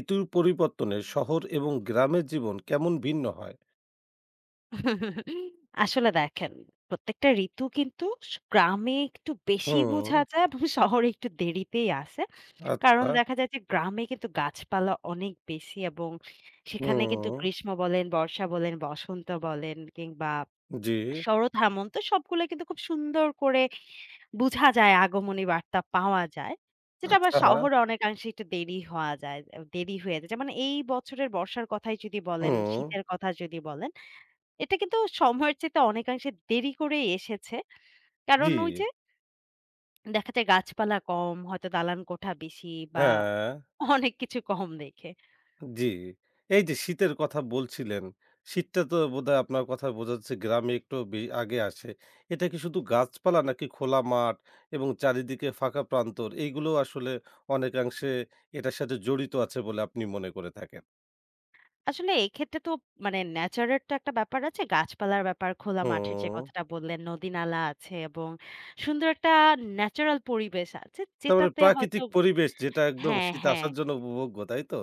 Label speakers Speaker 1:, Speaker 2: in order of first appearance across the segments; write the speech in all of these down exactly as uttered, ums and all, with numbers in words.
Speaker 1: ঋতুর পরিবর্তনে শহর এবং গ্রামের জীবন কেমন ভিন্ন হয়?
Speaker 2: আসলে দেখেন, প্রত্যেকটা ঋতু কিন্তু স গ্রামে একটু বেশি
Speaker 1: হুম,
Speaker 2: বোঝা যায় এবং শহরে একটু দেরিতেই আসে। কারণ
Speaker 1: আচ্ছা,
Speaker 2: দেখা যায় যে গ্রামে কিন্তু গাছপালা অনেক বেশি এবং সেখানে কিন্তু
Speaker 1: হুম,
Speaker 2: গ্রীষ্ম বলেন, বর্ষা বলেন, বসন্ত বলেন কিংবা
Speaker 1: জি,
Speaker 2: শরৎ, হেমন্ত সবগুলো কিন্তু খুব সুন্দর করে বুঝা যায় আগমনী বার্তা পাওয়া যায়। যেটা
Speaker 1: আচ্ছা,
Speaker 2: আবার শহরে অনেকাংশে একটু দেরি হওয়া যায় দেরি হয়ে যায়। যেমন এই বছরের বর্ষার কথাই যদি বলেন,
Speaker 1: হুম,
Speaker 2: শীতের কথা যদি বলেন এটা কিন্তু সময়ের চাইতে অনেকাংশে দেরি করেই এসেছে। কারণ
Speaker 1: জি,
Speaker 2: ওই যে দেখা যায় গাছপালা কম, হয়তো দালান কোঠা বেশি বা
Speaker 1: হ্যাঁ,
Speaker 2: অনেক কিছু কম দেখে।
Speaker 1: জি। এই যে শীতের কথা বলছিলেন, শীতটা তো বোধহয় আপনার কথায় বোঝা যাচ্ছে গ্রামে একটু বে আগে আসে। এটা কি শুধু গাছপালা নাকি খোলা মাঠ এবং চারিদিকে ফাঁকা প্রান্তর এইগুলোও আসলে অনেকাংশে এটার সাথে জড়িত আছে বলে আপনি মনে করে থাকেন?
Speaker 2: আসলে এক্ষেত্রে তো মানে ন্যাচারের তো একটা ব্যাপার আছে, গাছপালার ব্যাপার, খোলা মাঠের যে
Speaker 1: হুম।
Speaker 2: কথাটা বললেন, নদী-নালা আছে এবং সুন্দর একটা ন্যাচারাল পরিবেশ আছে
Speaker 1: তারমানে
Speaker 2: যেটাতে হয়তো
Speaker 1: প্রাকৃতিক পরিবেশ যেটা একদম
Speaker 2: হ্যাঁ,
Speaker 1: শীত
Speaker 2: হ্যাঁ।
Speaker 1: আসার জন্য উপভোগ্য, তাই তো?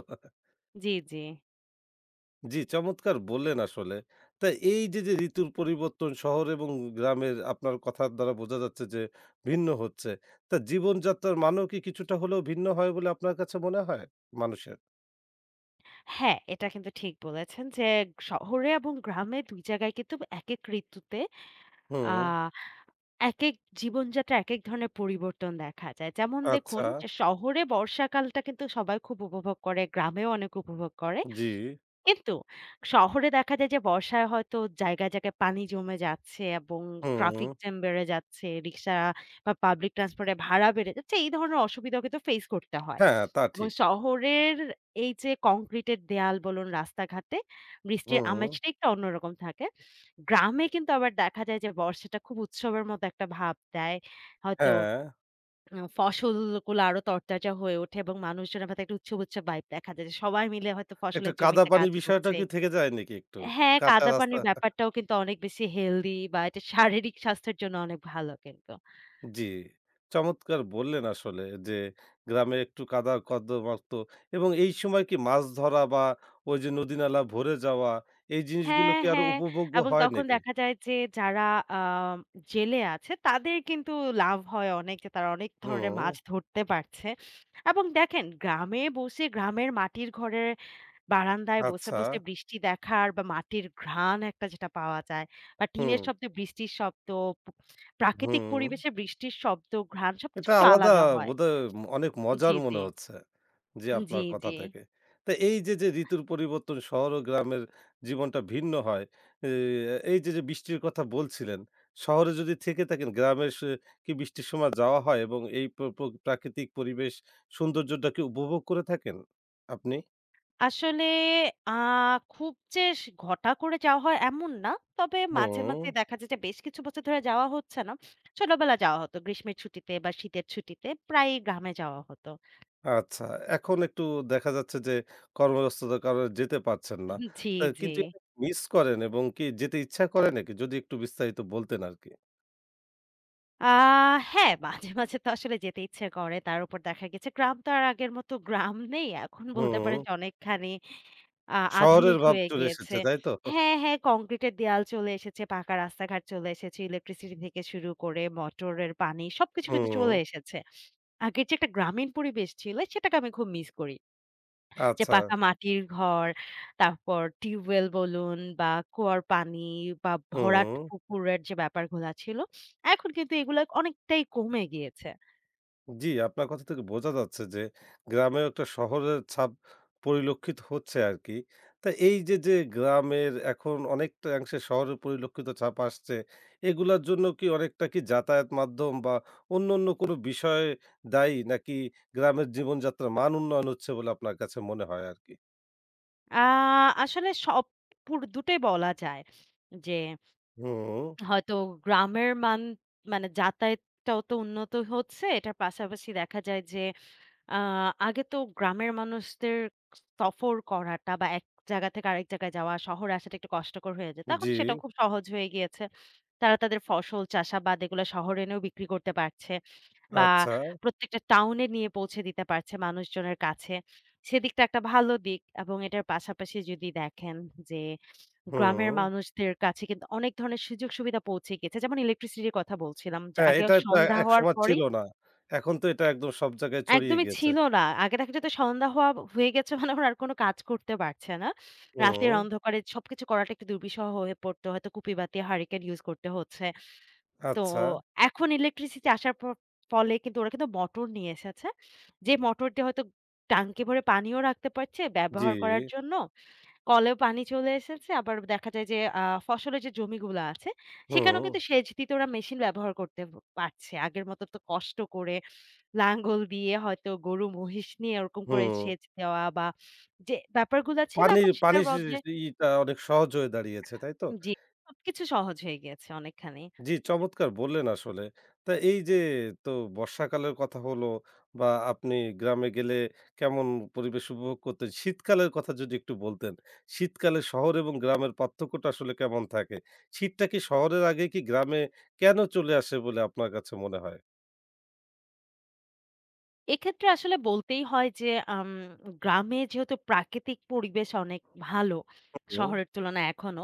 Speaker 2: জি, জি।
Speaker 1: জি, চমৎকার বললেন আসলে। তা এই যে, যে ঋতুর পরিবর্তন শহর এবং গ্রামের আপনার কথার দ্বারা বোঝা যাচ্ছে যে ভিন্ন হচ্ছে। তা জীবনযাত্রার মানও কি কিছুটা হলেও ভিন্ন হয় বলে আপনার কাছে মনে হয় মানুষের?
Speaker 2: হ্যাঁ, এটা কিন্তু ঠিক বলেছেন যে শহরে এবং গ্রামে দুই জায়গায় কিন্তু একেক ঋতুতে আ
Speaker 1: হুম,
Speaker 2: একেক জীবনযাত্রা একেক ধরনের পরিবর্তন দেখা যায়। যেমন দেখুন
Speaker 1: আচ্ছা,
Speaker 2: যে শহরে বর্ষাকালটা কিন্তু সবাই খুব উপভোগ করে, গ্রামেও অনেক উপভোগ করে।
Speaker 1: জি,
Speaker 2: কিন্তু শহরে দেখা যায় যে বর্ষায় হয়তো জায়গায়, জায়গায় পানি জমে যাচ্ছে এবং
Speaker 1: হুম,
Speaker 2: ট্রাফিক জ্যাম বেড়ে যাচ্ছে। রিক্সা বা পাবলিক ট্রান্সপোর্টের ভাড়া বেড়ে যাচ্ছে। এই ধরনের অসুবিধা কিন্তু ফেস করতে হয়।
Speaker 1: হ্যাঁ, তা
Speaker 2: এবং
Speaker 1: ঠিক।
Speaker 2: শহরের এই যে কংক্রিটের দেয়াল বলুন, রাস্তাঘাটে বৃষ্টির
Speaker 1: হুম,
Speaker 2: আমেজটা একটু অন্যরকম থাকে। গ্রামে কিন্তু আবার দেখা যায় যে বর্ষাটা খুব উৎসবের মতো একটা ভাব দেয়। হয়তো
Speaker 1: হ্যাঁ,
Speaker 2: আ ফসলগুলো আরো তরতাজা হয়ে ওঠে এবং মানুষজনের মধ্যে একটা উৎসব, উৎসব ভাইব দেখা যায় যে সবাই মিলে হয়তো
Speaker 1: একটু
Speaker 2: ফসলের
Speaker 1: কাদা
Speaker 2: জমিতে
Speaker 1: পানি
Speaker 2: কাজ
Speaker 1: বিষয়টা
Speaker 2: করছে।
Speaker 1: কি থেকে যায় নাকি একটু?
Speaker 2: হ্যাঁ,
Speaker 1: কাঁচা
Speaker 2: কাদা
Speaker 1: রাস্তা।
Speaker 2: পানির ব্যাপারটাও কিন্তু অনেক বেশি হেলদি বা এটা শারীরিক স্বাস্থ্যের জন্য অনেক ভালো কিন্তু।
Speaker 1: জি, চমৎকার বললেন আসলে যে গ্রামে একটু কাদা কর্দমাক্ত এবং এই সময় কি মাছ ধরা বা ওই যে নদী-নালা ভরে যাওয়া এই জিনিসগুলো
Speaker 2: হ্যাঁ,
Speaker 1: কি আরো
Speaker 2: হ্যাঁ
Speaker 1: উপভোগ্য
Speaker 2: এবং
Speaker 1: হয়
Speaker 2: তখন
Speaker 1: নাকি?
Speaker 2: দেখা যায় যে যারা আ জেলে আছে তাদের কিন্তু লাভ হয় অনেক যে তারা অনেক ধরনের
Speaker 1: হুম,
Speaker 2: মাছ ধরতে পারছে। এবং দেখেন গ্রামে বসে গ্রামের মাটির ঘরের বারান্দায় বসে,
Speaker 1: আচ্ছা।
Speaker 2: বসে বৃষ্টি দেখার বা মাটির ঘ্রাণ একটা যেটা পাওয়া যায় বা
Speaker 1: হুম,
Speaker 2: টিনের শব্দে বৃষ্টির শব্দ, প্রাকৃতিক
Speaker 1: হুম।
Speaker 2: পরিবেশে বৃষ্টির শব্দ, ঘ্রাণ সবকিছু
Speaker 1: এটা
Speaker 2: একটু
Speaker 1: আলাদা
Speaker 2: আলাদা হয়।
Speaker 1: বোধহয় ম- অনেক মজার
Speaker 2: জি, জি।
Speaker 1: মনে হচ্ছে। জি, আপনার
Speaker 2: জি,
Speaker 1: কথা
Speaker 2: জি।
Speaker 1: থেকে। তো এই যে, যে ঋতুর পরিবর্তন শহর ও গ্রামের জীবনটা ভিন্ন হয়। এ এই যে, যে বৃষ্টির কথা বলছিলেন, শহরে যদি থেকে থাকেন গ্রামের সে কি বৃষ্টির সময় যাওয়া হয় এবং এই প্র প্র প্রাকৃতিক পরিবেশ সৌন্দর্যটা কি উপভোগ করে থাকেন আপনি?
Speaker 2: আসলে আ খুব যে স ঘটা করে যাওয়া হয় এমন না। তবে মাঝে,
Speaker 1: হুম।
Speaker 2: মাঝে দেখা যায় যে বেশ কিছু বছর ধরে যাওয়া হচ্ছে না। ছোটবেলা যাওয়া হতো গ্রীষ্মের ছুটিতে বা শীতের ছুটিতে প্রায়ই গ্রামে যাওয়া হতো।
Speaker 1: আচ্ছা, এখন একটু দেখা যাচ্ছে যে কর্মব্যস্ততার কারণে যেতে পারছেন না।
Speaker 2: জি,
Speaker 1: তা
Speaker 2: জি।
Speaker 1: কিন্তু এটা মিস করেন এবং কি যেতে ইচ্ছা করে নাকি? যদি একটু বিস্তারিত বলতেন আরকি।
Speaker 2: আ হ্যাঁ, মাঝে, মাঝে তো আসলে যেতে ইচ্ছে করে। তার উপর দেখা গেছে গ্রাম তো আর আগের মতো গ্রাম নেই। এখন বলতে
Speaker 1: হুম,
Speaker 2: পারেন যে অনেকখানি আ
Speaker 1: শহরের
Speaker 2: আধুনিক
Speaker 1: ভাব
Speaker 2: হয়ে
Speaker 1: চলে
Speaker 2: গিয়েছে।
Speaker 1: এসেছে, তাই তো?
Speaker 2: হ্যাঁ, হ্যাঁ, কংক্রিটের দেয়াল চলে এসেছে, পাকা রাস্তাঘাট চলে এসেছে, ইলেকট্রিসিটি থেকে শুরু করে মোটরের পানি সবকিছু কিন্তু
Speaker 1: হুম,
Speaker 2: চলে এসেছে। আগের যে একটা গ্রামীণ পরিবেশ ছিল সেটাকে আমি খুব মিস করি। যে
Speaker 1: আচ্ছা,
Speaker 2: পাকা মাটির ঘর, তারপর টিউবওয়েল বলুন বা কুয়ার পানি বা ভরাট
Speaker 1: হুম।
Speaker 2: পুকুরের যে ব্যাপারগুলা ছিল, এখন কিন্তু এগুলা অনেকটাই কমে গিয়েছে।
Speaker 1: জি, আপনার কথা থেকে বোঝা যাচ্ছে যে গ্রামেও একটা শহরের ছাপ পরিলক্ষিত হচ্ছে আরকি। তা এই যে, যে গ্রামের এখন অনেকটাংশে শহরের পরিলক্ষিত ছাপ আসছে, এগুলার জন্য কি অনেকটা কি যাতায়াত মাধ্যম বা অন্যান্য কোনো বিষয় দায়ী? নাকি গ্রামের জীবনযাত্রার মান উন্নয়ন হচ্ছে বলে আপনার কাছে মনে হয় আরকি?
Speaker 2: আ আসলে সব পুর দুটোই বলা যায় যে
Speaker 1: হুম,
Speaker 2: হয়তো গ্রামের মান মানে যাতায়াতটাও তো উন্নত হচ্ছে। এটার পাশাপাশি দেখা যায় যে আ আগে তো গ্রামের মানুষদের সফর করাটা বা এক জায়গা থেকে আরেক জায়গায় যাওয়া, শহরে আসাটা একটু কষ্টকর হয়ে যেত। এখন
Speaker 1: জি,
Speaker 2: সেটাও খুব সহজ হয়ে গিয়েছে। তারা তাদের ফসল চাষাবাদ এগুলো শহরে এনেও বিক্রি করতে পারছে বা
Speaker 1: আচ্ছা,
Speaker 2: প্রত্যেকটা টাউনে নিয়ে পৌঁছে দিতে পারছে মানুষজনের কাছে। সেদিকটা একটা ভালো দিক এবং এটার পাশাপাশি যদি দেখেন যে গ্রামের
Speaker 1: হুম।
Speaker 2: মানুষদের কাছে কিন্তু অনেক ধরনের সুযোগ সুবিধা পৌঁছে গেছে। যেমন ইলেকট্রিসিটির কথা বলছিলাম যে
Speaker 1: হ্যাঁ,
Speaker 2: আগে
Speaker 1: এটা তো
Speaker 2: সন্ধ্যা হওয়ার
Speaker 1: একসময় ছিল
Speaker 2: পরেই
Speaker 1: না। এখন তো এটা একদম সব জায়গায় ছড়িয়ে
Speaker 2: একদমই
Speaker 1: গিয়েছে।
Speaker 2: ছিল না। আগে দেখা যেত সন্ধ্যা হওয়া হয়ে গেছে মানে ওরা আর কোন কাজ করতে পারছে না।
Speaker 1: হুম,
Speaker 2: রাতের অন্ধকারে সবকিছু করাটা একটু দুর্বিষহ হয়ে পড়তো। হয়তো কুপিবাতি, হারিকেন ইউজ করতে হচ্ছে। তো
Speaker 1: আচ্ছা,
Speaker 2: এখন ইলেকট্রিসিটি আসার প ফলে কিন্তু ওরা কিন্তু মোটর নিয়ে এসেছে। যে মোটর দিয়ে হয়তো ট্যাঙ্কি ভরে পানিও রাখতে পারছে
Speaker 1: জি।
Speaker 2: ব্যবহার করার জন্য। কলেও পানি চলে এসেছে। আবার দেখা যায় যে আ ফসলের যে জমিগুলো আছে সেখানেও
Speaker 1: হুম,
Speaker 2: কিন্তু সেচ দিতে ওরা মেশিন ব্যবহার করতে পারছে। আগের মতো তো কষ্ট করে লাঙ্গল দিয়ে হয়তো গরু মহিষ নিয়ে ওরকম করে
Speaker 1: হুম।
Speaker 2: সেচ দেওয়া বা যে ব্যাপারগুলা ছিল
Speaker 1: পানি
Speaker 2: এখন সেটার
Speaker 1: পানির সি
Speaker 2: বদলে
Speaker 1: সি ইটা অনেক সহজ হয়ে দাঁড়িয়েছে, তাই তো?
Speaker 2: জি, সবকিছু সহজ হয়ে গিয়েছে অনেকখানি।
Speaker 1: জি, চমৎকার বললেন আসলে। তা এই যে তো বর্ষাকালের কথা হলো বা আপনি গ্রামে গেলে কেমন পরিবেশ উপভোগ করতেন? শীতকালের কথা যদি একটু বলতেন। শীতকালে শহর এবং গ্রামের পার্থক্যটা আসলে কেমন থাকে? শীতটা কি শহরের আগে কি গ্রামে কেন চলে আসে বলে আপনার কাছে মনে হয়?
Speaker 2: এক্ষেত্রে আসলে বলতেই হয় যে আম গ্রামে যেহেতু প্রাকৃতিক পরিবেশ অনেক ভালো
Speaker 1: হুম।
Speaker 2: শহরের তুলনায় এখনো।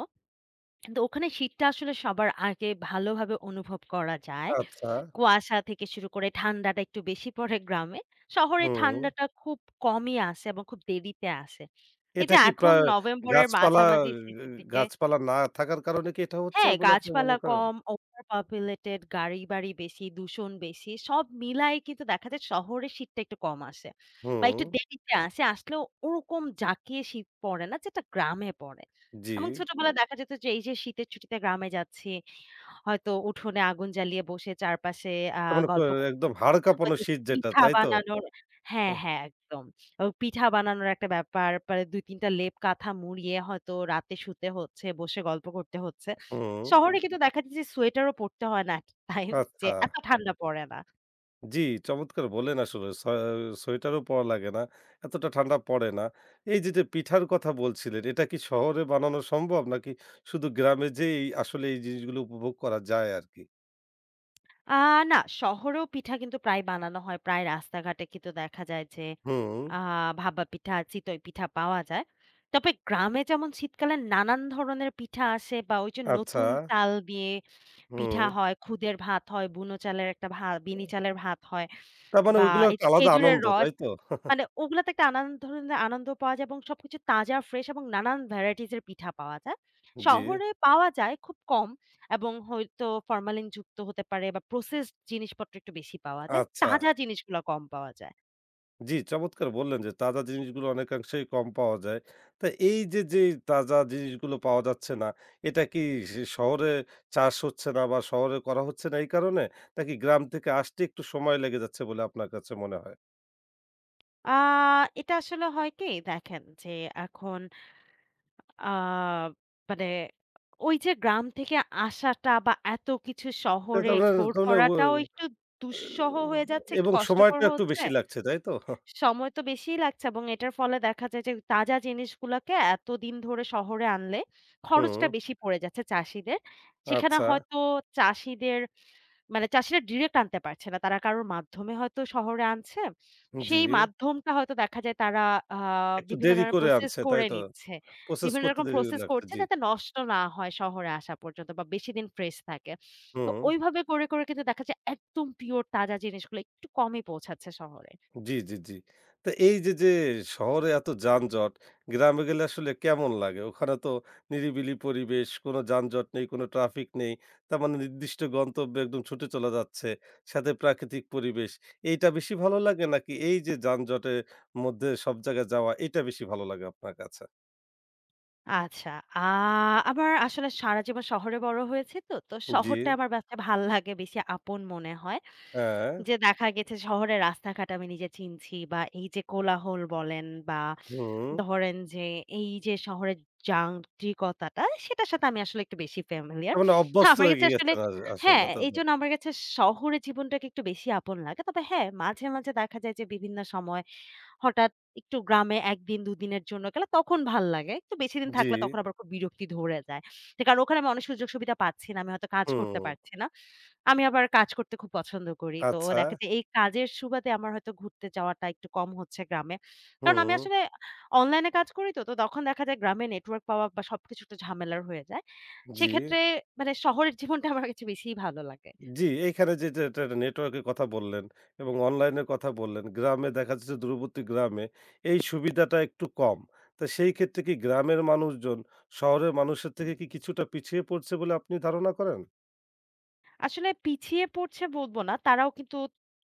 Speaker 2: কিন্তু ওখানে শীতটা আসলে সবার আগে ভালোভাবে অনুভব করা যায়।
Speaker 1: আচ্ছা,
Speaker 2: কুয়াশা থেকে শুরু করে ঠান্ডাটা একটু বেশি পড়ে গ্রামে। শহরে
Speaker 1: হুম।
Speaker 2: ঠান্ডাটা খুব কমই আসে এবং খুব দেরিতে আসে। এই
Speaker 1: এটা
Speaker 2: যে
Speaker 1: কি প্রা
Speaker 2: এখন নভেম্বরের
Speaker 1: গাছপালা
Speaker 2: মাঝামাঝি শেষের দিকে
Speaker 1: গাছপালা না থাকার কারণে কি এটা হচ্ছে
Speaker 2: হ্যাঁ,
Speaker 1: বলে আপনি মনে
Speaker 2: গাছপালা
Speaker 1: করেন?
Speaker 2: কম, ওভার পপুলেটেড, গাড়ি-বাড়ি বেশি, দূষণ বেশি। সব মিলায় কিন্তু দেখা যায় শহরে শীতটা একটু কম আসে বা
Speaker 1: হুম,
Speaker 2: একটু দেরিতে আসে। আসলেও ওরকম জাঁকিয়ে শীত পড়ে না যেটা গ্রামে পড়ে।
Speaker 1: জি।
Speaker 2: এবং ছোটবেলায় দেখা যেত যে এই যে শীতের ছুটিতে গ্রামে যাচ্ছি হয়তো উঠোনে আগুন জ্বালিয়ে বসে চারপাশে আ
Speaker 1: তার মানে ক
Speaker 2: গল্প করছি।
Speaker 1: একদম হাড় কাঁপানো
Speaker 2: হয়তো
Speaker 1: শীত যেটা,
Speaker 2: পিঠা
Speaker 1: তাই তো?
Speaker 2: বানানোর হ্যাঁ,
Speaker 1: হুম,
Speaker 2: হ্যাঁ, একদম। ও পিঠা বানানোর একটা ব্যাপার। পরে দুই তিন টা লেপ কাঁথা মুড়িয়ে হয়তো রাতে শুতে হচ্ছে, বসে গল্প করতে হচ্ছে।
Speaker 1: হুম,
Speaker 2: শহরে কিন্তু দেখা যাচ্ছে যে সোয়েটারও পরতে হয় না at times যে
Speaker 1: আচ্ছা।
Speaker 2: এত ঠান্ডা পড়ে না।
Speaker 1: জি, চমৎকার বললেন আসলে। স সোয়েটারও পরা লাগে না, এতটা ঠান্ডা পড়ে না। এই যে, যে পিঠার কথা বলছিলেন, এটা কি শহরে বানানো সম্ভব নাকি শুধু গ্রামে যেয়েই আসলে এই জিনিসগুলো উপভোগ করা যায় আরকি?
Speaker 2: আ না, শহরেও পিঠা কিন্তু প্রায় বানানো হয়। প্রায় রাস্তাঘাটে কিন্তু দেখা যায় যে
Speaker 1: হুম,
Speaker 2: আ ভাপা পিঠা, চিতই পিঠা পাওয়া যায়। তবে গ্রামে যেমন শীতকালে নানান ধরনের পিঠা আসে বা ওই যে
Speaker 1: আচ্ছা,
Speaker 2: নতুন চাল দিয়ে পিঠা
Speaker 1: হুম।
Speaker 2: হয়, খুদের ভাত হয়, বুনো চালের একটা ভা বিনি চালের ভাত হয়
Speaker 1: তার মানে
Speaker 2: বা
Speaker 1: ওইগুলো
Speaker 2: এই
Speaker 1: একটা
Speaker 2: যে
Speaker 1: আলাদা
Speaker 2: খেজুরের
Speaker 1: আনন্দ,
Speaker 2: রস
Speaker 1: তাই তো?
Speaker 2: মানে ওগুলাতে একটা নানান ধরনের আনন্দ পাওয়া যায় এবং সবকিছু তাজা, ফ্রেশ এবং নানান ভ্যারাইটিস এর পিঠা পাওয়া যায়।
Speaker 1: জি।
Speaker 2: শহরে পাওয়া যায় খুব কম এবং হয়তো ফরমালিন যুক্ত হতে পারে বা প্রসেসড জিনিসপত্র একটু বেশি পাওয়া যায়।
Speaker 1: আচ্ছা।
Speaker 2: তাজা জিনিসগুলা কম পাওয়া যায়।
Speaker 1: জি, চমৎকার বললেন যে তাজা জিনিসগুলো অনেকাংশেই কম পাওয়া যায়। তা এই যে, যে তাজা জিনিসগুলো পাওয়া যাচ্ছে না, এটা কি সে শহরে চাষ হচ্ছে না বা শহরে করা হচ্ছে না এই কারণে? নাকি গ্রাম থেকে আসতে একটু সময় লেগে যাচ্ছে বলে আপনার কাছে মনে হয়?
Speaker 2: আ এটা আসলে হয় কি দেখেন যে এখন আ মানে ওই যে গ্রাম থেকে আসাটা বা এত কিছু
Speaker 1: তা
Speaker 2: শহরে
Speaker 1: তাহলে
Speaker 2: এক্সপোর্ট
Speaker 1: তাহলে ও
Speaker 2: করাটাও একটু দুঃসহ হয়ে যাচ্ছে, একটু
Speaker 1: এবং
Speaker 2: কষ্টকর
Speaker 1: সময়টা একটু
Speaker 2: হচ্ছে।
Speaker 1: বেশি লাগছে, তাই তো?
Speaker 2: সময় তো বেশিই লাগছে এবং এটার ফলে দেখা যায় যে তাজা জিনিসগুলাকে এতদিন ধরে শহরে আনলে
Speaker 1: হুম,
Speaker 2: খরচটা বেশি পড়ে যাচ্ছে চাষীদের। সেখানে
Speaker 1: আচ্ছা,
Speaker 2: হয়তো চাষীদের মানে চাষীরা ডিরেক্ট আনতে পারছে না। তারা কারোর মাধ্যমে হয়তো শহরে আনছে।
Speaker 1: জি।
Speaker 2: সেই মাধ্যমটা হয়তো দেখা যায় তারা আ
Speaker 1: একটু
Speaker 2: বিভিন্ন
Speaker 1: দেরি
Speaker 2: ধরনের
Speaker 1: করে
Speaker 2: প্রসেস
Speaker 1: আনছে, তাই
Speaker 2: করে
Speaker 1: তো?
Speaker 2: নিচ্ছে।
Speaker 1: প্রসেস
Speaker 2: বিভিন্ন
Speaker 1: করতে
Speaker 2: রকম
Speaker 1: দেরি
Speaker 2: প্রসেস
Speaker 1: লাগছে,
Speaker 2: করছে
Speaker 1: জি।
Speaker 2: যাতে নষ্ট না হয় শহরে আসা পর্যন্ত বা বেশিদিন ফ্রেশ থাকে। তো
Speaker 1: হুম।
Speaker 2: ওইভাবে করে, করে কিন্তু দেখা যায় একদম পিওর তাজা জিনিসগুলো একটু কমই পৌঁছাচ্ছে শহরে।
Speaker 1: জি, জি, জি। তো এই যে, যে শহরে এত যানজট, গ্রামে গেলে আসলে কেমন লাগে? ওখানে তো নিরিবিলি পরিবেশ, কোনো যানজট নেই, কোনো ট্রাফিক নেই। তার মানে নির্দিষ্ট গন্তব্যে একদম ছুটে চলা যাচ্ছে। সাথে প্রাকৃতিক পরিবেশ। এইটা বেশি ভালো লাগে নাকি এই যে যানজটের মধ্যে সব জায়গায় যাওয়া, এটা বেশি ভালো লাগে আপনার কাছে?
Speaker 2: আচ্ছা। আ আমার আসলে সারা জীবন শহরে বড় হয়েছি তো। তো
Speaker 1: জি,
Speaker 2: শহরটা আমার কাছে ভাল লাগে, বেশি আপন মনে হয়।
Speaker 1: হ্যাঁ,
Speaker 2: যে দেখা গেছে শহরের রাস্তাঘাট আমি নিজে চিনছি বা এই যে কোলাহল বলেন বা
Speaker 1: হুম।
Speaker 2: ধরেন যে এই যে শহরের যান্ত্রিকতাটা সেটার সাথে আমি আসলে একটু বেশি
Speaker 1: তার
Speaker 2: ফ্যামিলিয়ার।
Speaker 1: মানে অভ্যস্ত
Speaker 2: আমার
Speaker 1: হয়ে
Speaker 2: কাছে আসলে
Speaker 1: গিয়েছেন আস
Speaker 2: হ্যাঁ,
Speaker 1: আসলে। তা-
Speaker 2: এইজন্য আমার কাছে শহরের জীবনটাকে একটু বেশি আপন লাগে। তবে হ্যাঁ, মাঝে, মাঝে দেখা যায় যে বিভিন্ন সময় হঠাৎ একটু গ্রামে এক দিন দুই দিনের জন্য গেলে তখন ভাল লাগে। তো বেশিদিন
Speaker 1: জি,
Speaker 2: থাকলে তখন আবার খুব বিরক্তি ধরে যায়। তো কারণ ওখানে আমি অনেক সুযোগ সুবিধা পাচ্ছি না। আমি হয়তো কাজ
Speaker 1: হুম।
Speaker 2: করতে পারছি না। আমি আবার কাজ করতে খুব পছন্দ করি। তো
Speaker 1: আচ্ছা,
Speaker 2: দেখা যায় এই কাজের সুবাদে আমার হয়তো ঘুরতে যাওয়াটা একটু কম হচ্ছে গ্রামে। কারণ আমি
Speaker 1: হুম,
Speaker 2: আসলে অনলাইনে কাজ করি তো, তো তখন দেখা যায় গ্রামে নেটওয়ার্ক পাওয়া বা সবকিছু একটু ঝামেলার হয়ে যায়।
Speaker 1: জি।
Speaker 2: সেক্ষেত্রে মানে শহরের জীবনটা আমার কাছে বেশিই ভালো লাগে।
Speaker 1: জি, এইখানে যেটা এটা একটা নেটওয়ার্কের কথা বললেন এবং অনলাইনের কথা বললেন। গ্রামে দেখা যাচ্ছে দূরবর্তী গ্রামে এই সুবিধাটা একটু কম। তো সেই ক্ষেত্রে কি গ্রামের মানুষজন শহরের মানুষের থেকে কি কিছুটা পিছিয়ে পড়ছে বলে আপনি ধারণা করেন?
Speaker 2: আসলে পিছিয়ে পড়ছে বলব না। তারাও কিন্তু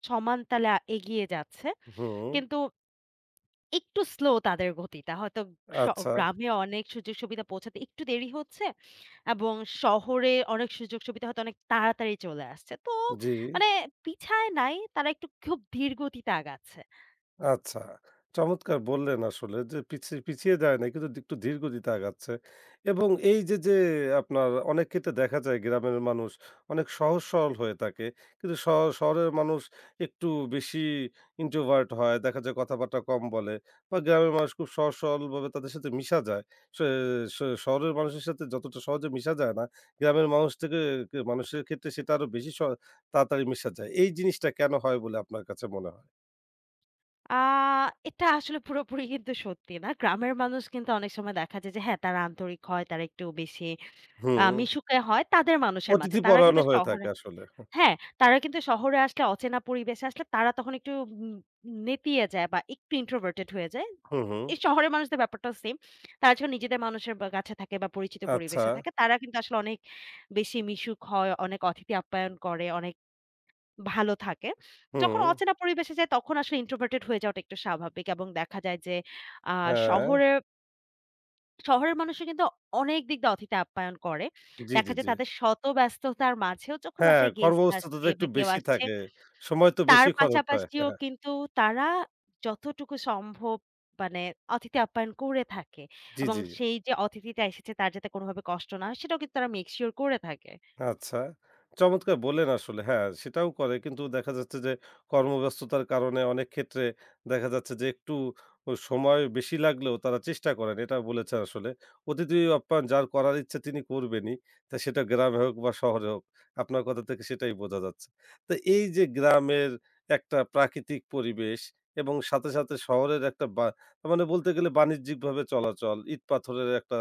Speaker 2: সমান তালে আ এগিয়ে যাচ্ছে।
Speaker 1: হুম,
Speaker 2: কিন্তু একটু স্লো তাদের গতিটা। হয়তো স
Speaker 1: আচ্ছা,
Speaker 2: গ্রামে অনেক সুযোগ সুবিধা পৌঁছাতে একটু দেরি হচ্ছে এবং শহরে অনেক সুযোগ সুবিধা হয়তো অনেক তাড়াতাড়ি চলে আসছে। তো
Speaker 1: জি।
Speaker 2: মানে পিছায় নাই, তারা একটু খুব ধীর গতিতে আগাচ্ছে।
Speaker 1: আচ্ছা। চমৎকার বললেন আসলে যে পিছি পিছিয়ে যায় নাই কিন্তু একটু ধীরগতিতে আগাচ্ছে এবং এই যে, যে আপনার অনেক ক্ষেত্রে দেখা যায় গ্রামের মানুষ অনেক সহজ সরল হয়ে থাকে। কিন্তু শ শহরের মানুষ একটু বেশি introvert হয়। দেখা যায় কথাবার্তা কম বলে বা গ্রামের মানুষ খুব সহজ সরলভাবে তাদের সাথে মিশা যায়। শে শে শহরের মানুষের সাথে যতটা সহজে মিশা যায় না, গ্রামের মানুষ থেকে কে মানুষের ক্ষেত্রে সেটা আরো বেশি স তাড়াতাড়ি মিশা যায়। এই জিনিসটা কেন হয় বলে আপনার কাছে মনে হয়?
Speaker 2: আ এটা আসলে পুরোপুরি কিন্তু সত্যি না। গ্রামের মানুষ কিন্তু অনেক সময় দেখা যায় যে হ্যাঁ, তারা আন্তরিক হয়, তারা একটু বেশি আ
Speaker 1: হুম।
Speaker 2: মিশুকে হয় তাদের মানুষের মাঝে। তারা কিন্তু
Speaker 1: অতিথিপরায়ণও হয়ে থাকে
Speaker 2: শহরে
Speaker 1: আসলে।
Speaker 2: হ্যাঁ, তারা কিন্তু শহরে আসলে অচেনা পরিবেশে আসলে তারা তখন একটু উম নেতিয়ে যায় বা একটু introverted হয়ে যায়।
Speaker 1: হুম, হুম।
Speaker 2: এই শহরের মানুষদের ব্যাপারটাও সেম। তারা যখন নিজেদের মানুষের বা কাছে থাকে বা পরিচিত
Speaker 1: আচ্ছা।
Speaker 2: পরিবেশে থাকে, তারা কিন্তু আসলে অনেক বেশি মিশুক হয়, অনেক অতিথি আপ্যায়ন করে, অনেক ভালো থাকে। যখন
Speaker 1: হুম।
Speaker 2: অচেনা পরিবেশে যায় তখন আসলে introverted হয়ে যাওয়াটা একটু স্বাভাবিক এবং দেখা যায় যে আ
Speaker 1: হ্যাঁ।
Speaker 2: শহরে শহরের মানুষরা কিন্তু অনেক দিক দিয়ে অতিথি আপ্যায়ন করে।
Speaker 1: জি, জি,
Speaker 2: দেখা যায়
Speaker 1: জি।
Speaker 2: তাদের শত ব্যস্ততার মাঝেও যখন
Speaker 1: হ্যাঁ,
Speaker 2: বাসায় গেস্ট
Speaker 1: কর্মব্যস্ততা তো
Speaker 2: আসছে
Speaker 1: একটু
Speaker 2: বা কেউ
Speaker 1: বেশি
Speaker 2: আসছে
Speaker 1: থাকে। সময় তো
Speaker 2: তার
Speaker 1: বেশি খরচ হয়।
Speaker 2: পাশাপাশিও
Speaker 1: হ্যাঁ,
Speaker 2: কিন্তু তারা যতটুকু সম্ভব মানে অতিথি আপ্যায়ন করে থাকে
Speaker 1: জি,
Speaker 2: এবং
Speaker 1: জি।
Speaker 2: সেই যে অতিথিটা এসেছে তার যাতে কোনোভাবে কষ্ট না হয় সেটাও কিন্তু তারা মেক সিওর করে থাকে।
Speaker 1: আচ্ছা। চমৎকার বললেন আসলে। হ্যাঁ, সেটাও করে। কিন্তু দেখা যাচ্ছে যে কর্মব্যস্ততার কারণে অনেক ক্ষেত্রে দেখা যাচ্ছে যে একটু ও সময় বেশি লাগলেও তারা চেষ্টা করেন। এটা বলেছেন আসলে। অতিথি আপ্যায়ন যার করার ইচ্ছে তিনি করবেনই। তা সেটা গ্রামে হোক বা শহরে হোক। আপনার কথা থেকে সেটাই বোঝা যাচ্ছে। তো এই যে গ্রামের একটা প্রাকৃতিক পরিবেশ এবং সাথে, সাথে শহরের একটা বা মানে বলতে গেলে বাণিজ্যিকভাবে চলাচল, ইট পাথরের একটা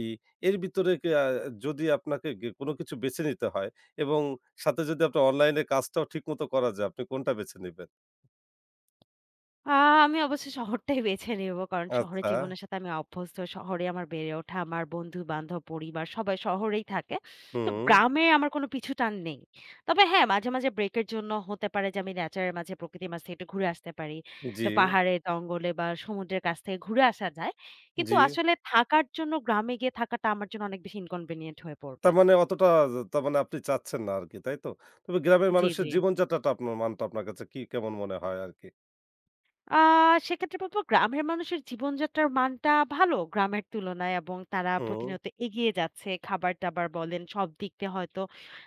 Speaker 1: ই এর ভিতরে কে আ যদি আপনাকে গে কোনো কিছু বেছে নিতে হয় এবং সাথে যদি আপনার অনলাইনে কাজটাও ঠিকমতো করা যায়, আপনি কোনটা বেছে নিবেন?
Speaker 2: আ আমি অবশ্যই শহরটাই বেছে নেব। কারণ শহরের
Speaker 1: আচ্ছা।
Speaker 2: জীবনের সাথে আমি অভ্যস্ত। শহরে আমার বেড়ে ওঠা, আমার বন্ধু-বান্ধব, পরিবার সবাই শহরেই থাকে। তো
Speaker 1: হুম।
Speaker 2: গ্রামে আমার কোনো পিছুটান নেই। তবে হ্যাঁ, মাঝে, মাঝে ব্রেকের জন্য হতে পারে যে আমি নেচারের মাঝে, প্রকৃতির মাঝে একটু ঘুরে আসতে পারি।
Speaker 1: জি,
Speaker 2: একটু পাহাড়ে, জঙ্গলে বা সমুদ্রের কাছ থেকে ঘুরে আসা যায়। কিন্তু
Speaker 1: জি।
Speaker 2: আসলে থাকার জন্য গ্রামে গিয়ে থাকাটা আমার জন্য অনেক বেশি ইনকনভিনিয়েন্ট হয়ে পড়বে।
Speaker 1: তার মানে অতটা য তার মানে আপনি চাচ্ছেন না আরকি, তাই তো? তবে গ্রামের
Speaker 2: জি,
Speaker 1: মানুষের
Speaker 2: জি।
Speaker 1: জীবনযাত্রাটা আপনার মানটা আপনার কাছে কি কেমন মনে হয় আরকি?
Speaker 2: আ সেক্ষেত্রে বলব গ্রামের মানুষের জীবনযাত্রার মানটা ভালো গ্রামের তুলনায় এবং তারা
Speaker 1: হুম,
Speaker 2: প্রতিনিয়ত এগিয়ে যাচ্ছে। খাবার-দাবার বলেন সব দিক দিয়ে হয়তো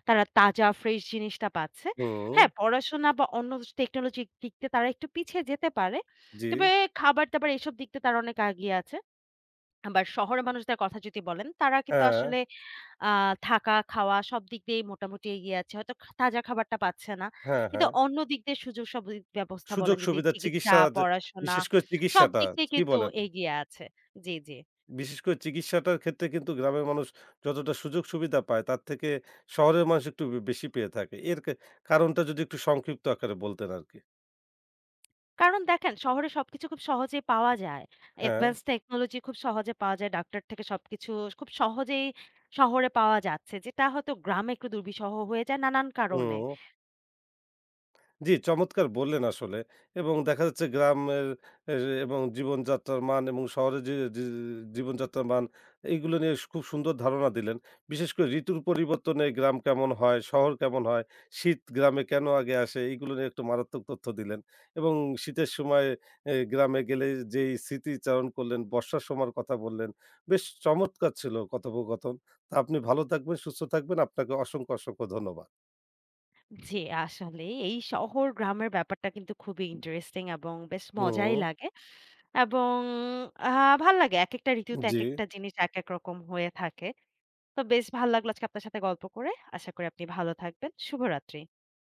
Speaker 2: তারা তাজা ফ্রেশ জিনিসটা পাচ্ছে।
Speaker 1: হুম।
Speaker 2: হ্যাঁ, পড়াশোনা বা অন্য টেকনোলজির দিক দিয়ে তারা একটু পিছিয়ে যেতে পারে।
Speaker 1: জি।
Speaker 2: তবে খাবার-দাবার এসব দিক দিয়ে তারা অনেক আগিয়ে আছে। আবার শহরের মানুষদের কথা যদি বলেন তারা কিন্তু
Speaker 1: হ্যাঁ,
Speaker 2: আসলে আ থাকা, খাওয়া সব দিক দিয়েই মোটামুটি এগিয়ে আছে। হয়তো খা তাজা খাবারটা পাচ্ছে না।
Speaker 1: হ্যাঁ,
Speaker 2: কিন্তু
Speaker 1: হ্যাঁ।
Speaker 2: অন্য দিক দিয়ে সুযোগ সব দিক ব্যবস্থা
Speaker 1: সুযোগ
Speaker 2: বলেন যদি
Speaker 1: সুবিধা
Speaker 2: চিকিৎসা,
Speaker 1: চিকিৎসা যে
Speaker 2: পড়াশোনা
Speaker 1: বিশেষ করে
Speaker 2: সব
Speaker 1: চিকিৎসাটা,
Speaker 2: দিক দিয়ে
Speaker 1: কি
Speaker 2: কিন্তু
Speaker 1: বলেন?
Speaker 2: এগিয়ে আছে। জি, জি।
Speaker 1: বিশেষ করে চিকিৎসাটার ক্ষেত্রে কিন্তু গ্রামের মানুষ যতটা সুযোগ সুবিধা পায় তার থেকে শহরের মানুষ একটু বে বেশি পেয়ে থাকে। এর কা কারণটা যদি একটু সংক্ষিপ্ত আকারে বলতেন আরকি।
Speaker 2: কারণ দেখেন শহরে সবকিছু খুব সহজেই পাওয়া যায়।
Speaker 1: হ্যাঁ,
Speaker 2: অ্যাডভান্স টেকনোলজি খুব সহজে পাওয়া যায়। ডাক্তার থেকে সবকিছু খুব সহজেই শহরে পাওয়া যাচ্ছে। যেটা হয়তো গ্রামে একটু দুর্বিষহ হয়ে যায় নানান কারণে।
Speaker 1: হুম। জি, চমৎকার বললেন আসলে এবং দেখা যাচ্ছে গ্রামের এ এবং জীবনযাত্রার মান এবং শহরের যে যে জীবনযাত্রার মান এইগুলো নিয়ে স খুব সুন্দর ধারণা দিলেন। বিশেষ করে ঋতুর পরিবর্তনে গ্রাম কেমন হয়, শহর কেমন হয়, শীত গ্রামে কেন আগে আসে এইগুলো নিয়ে একটু মারাত্মক তথ্য দিলেন এবং শীতের সময় এ গ্রামে গেলে যেই স্মৃতিচারণ করলেন, বর্ষার সময়ের কথা বললেন। বেশ চমৎকার ছিল কথোপকথন। তা আপনি ভালো থাকবেন, সুস্থ থাকবেন। আপনাকে অসংখ্য, অসংখ্য ধন্যবাদ।
Speaker 2: জি, আসলে এই শহর গ্রামের ব্যাপারটা কিন্তু খুবই ইন্টারেস্টিং এবং বেশ মজাই
Speaker 1: হুম,
Speaker 2: লাগে। এবং আহ ভাল লাগে। একেকটা ঋতুতে
Speaker 1: জি।
Speaker 2: একেকটা জিনিস একেক রকম হয়ে থাকে। তো বেশ ভাল লাগলো আজকে আপনার সাথে গল্প করে। আশা করি আপনি ভালো থাকবেন। শুভরাত্রি।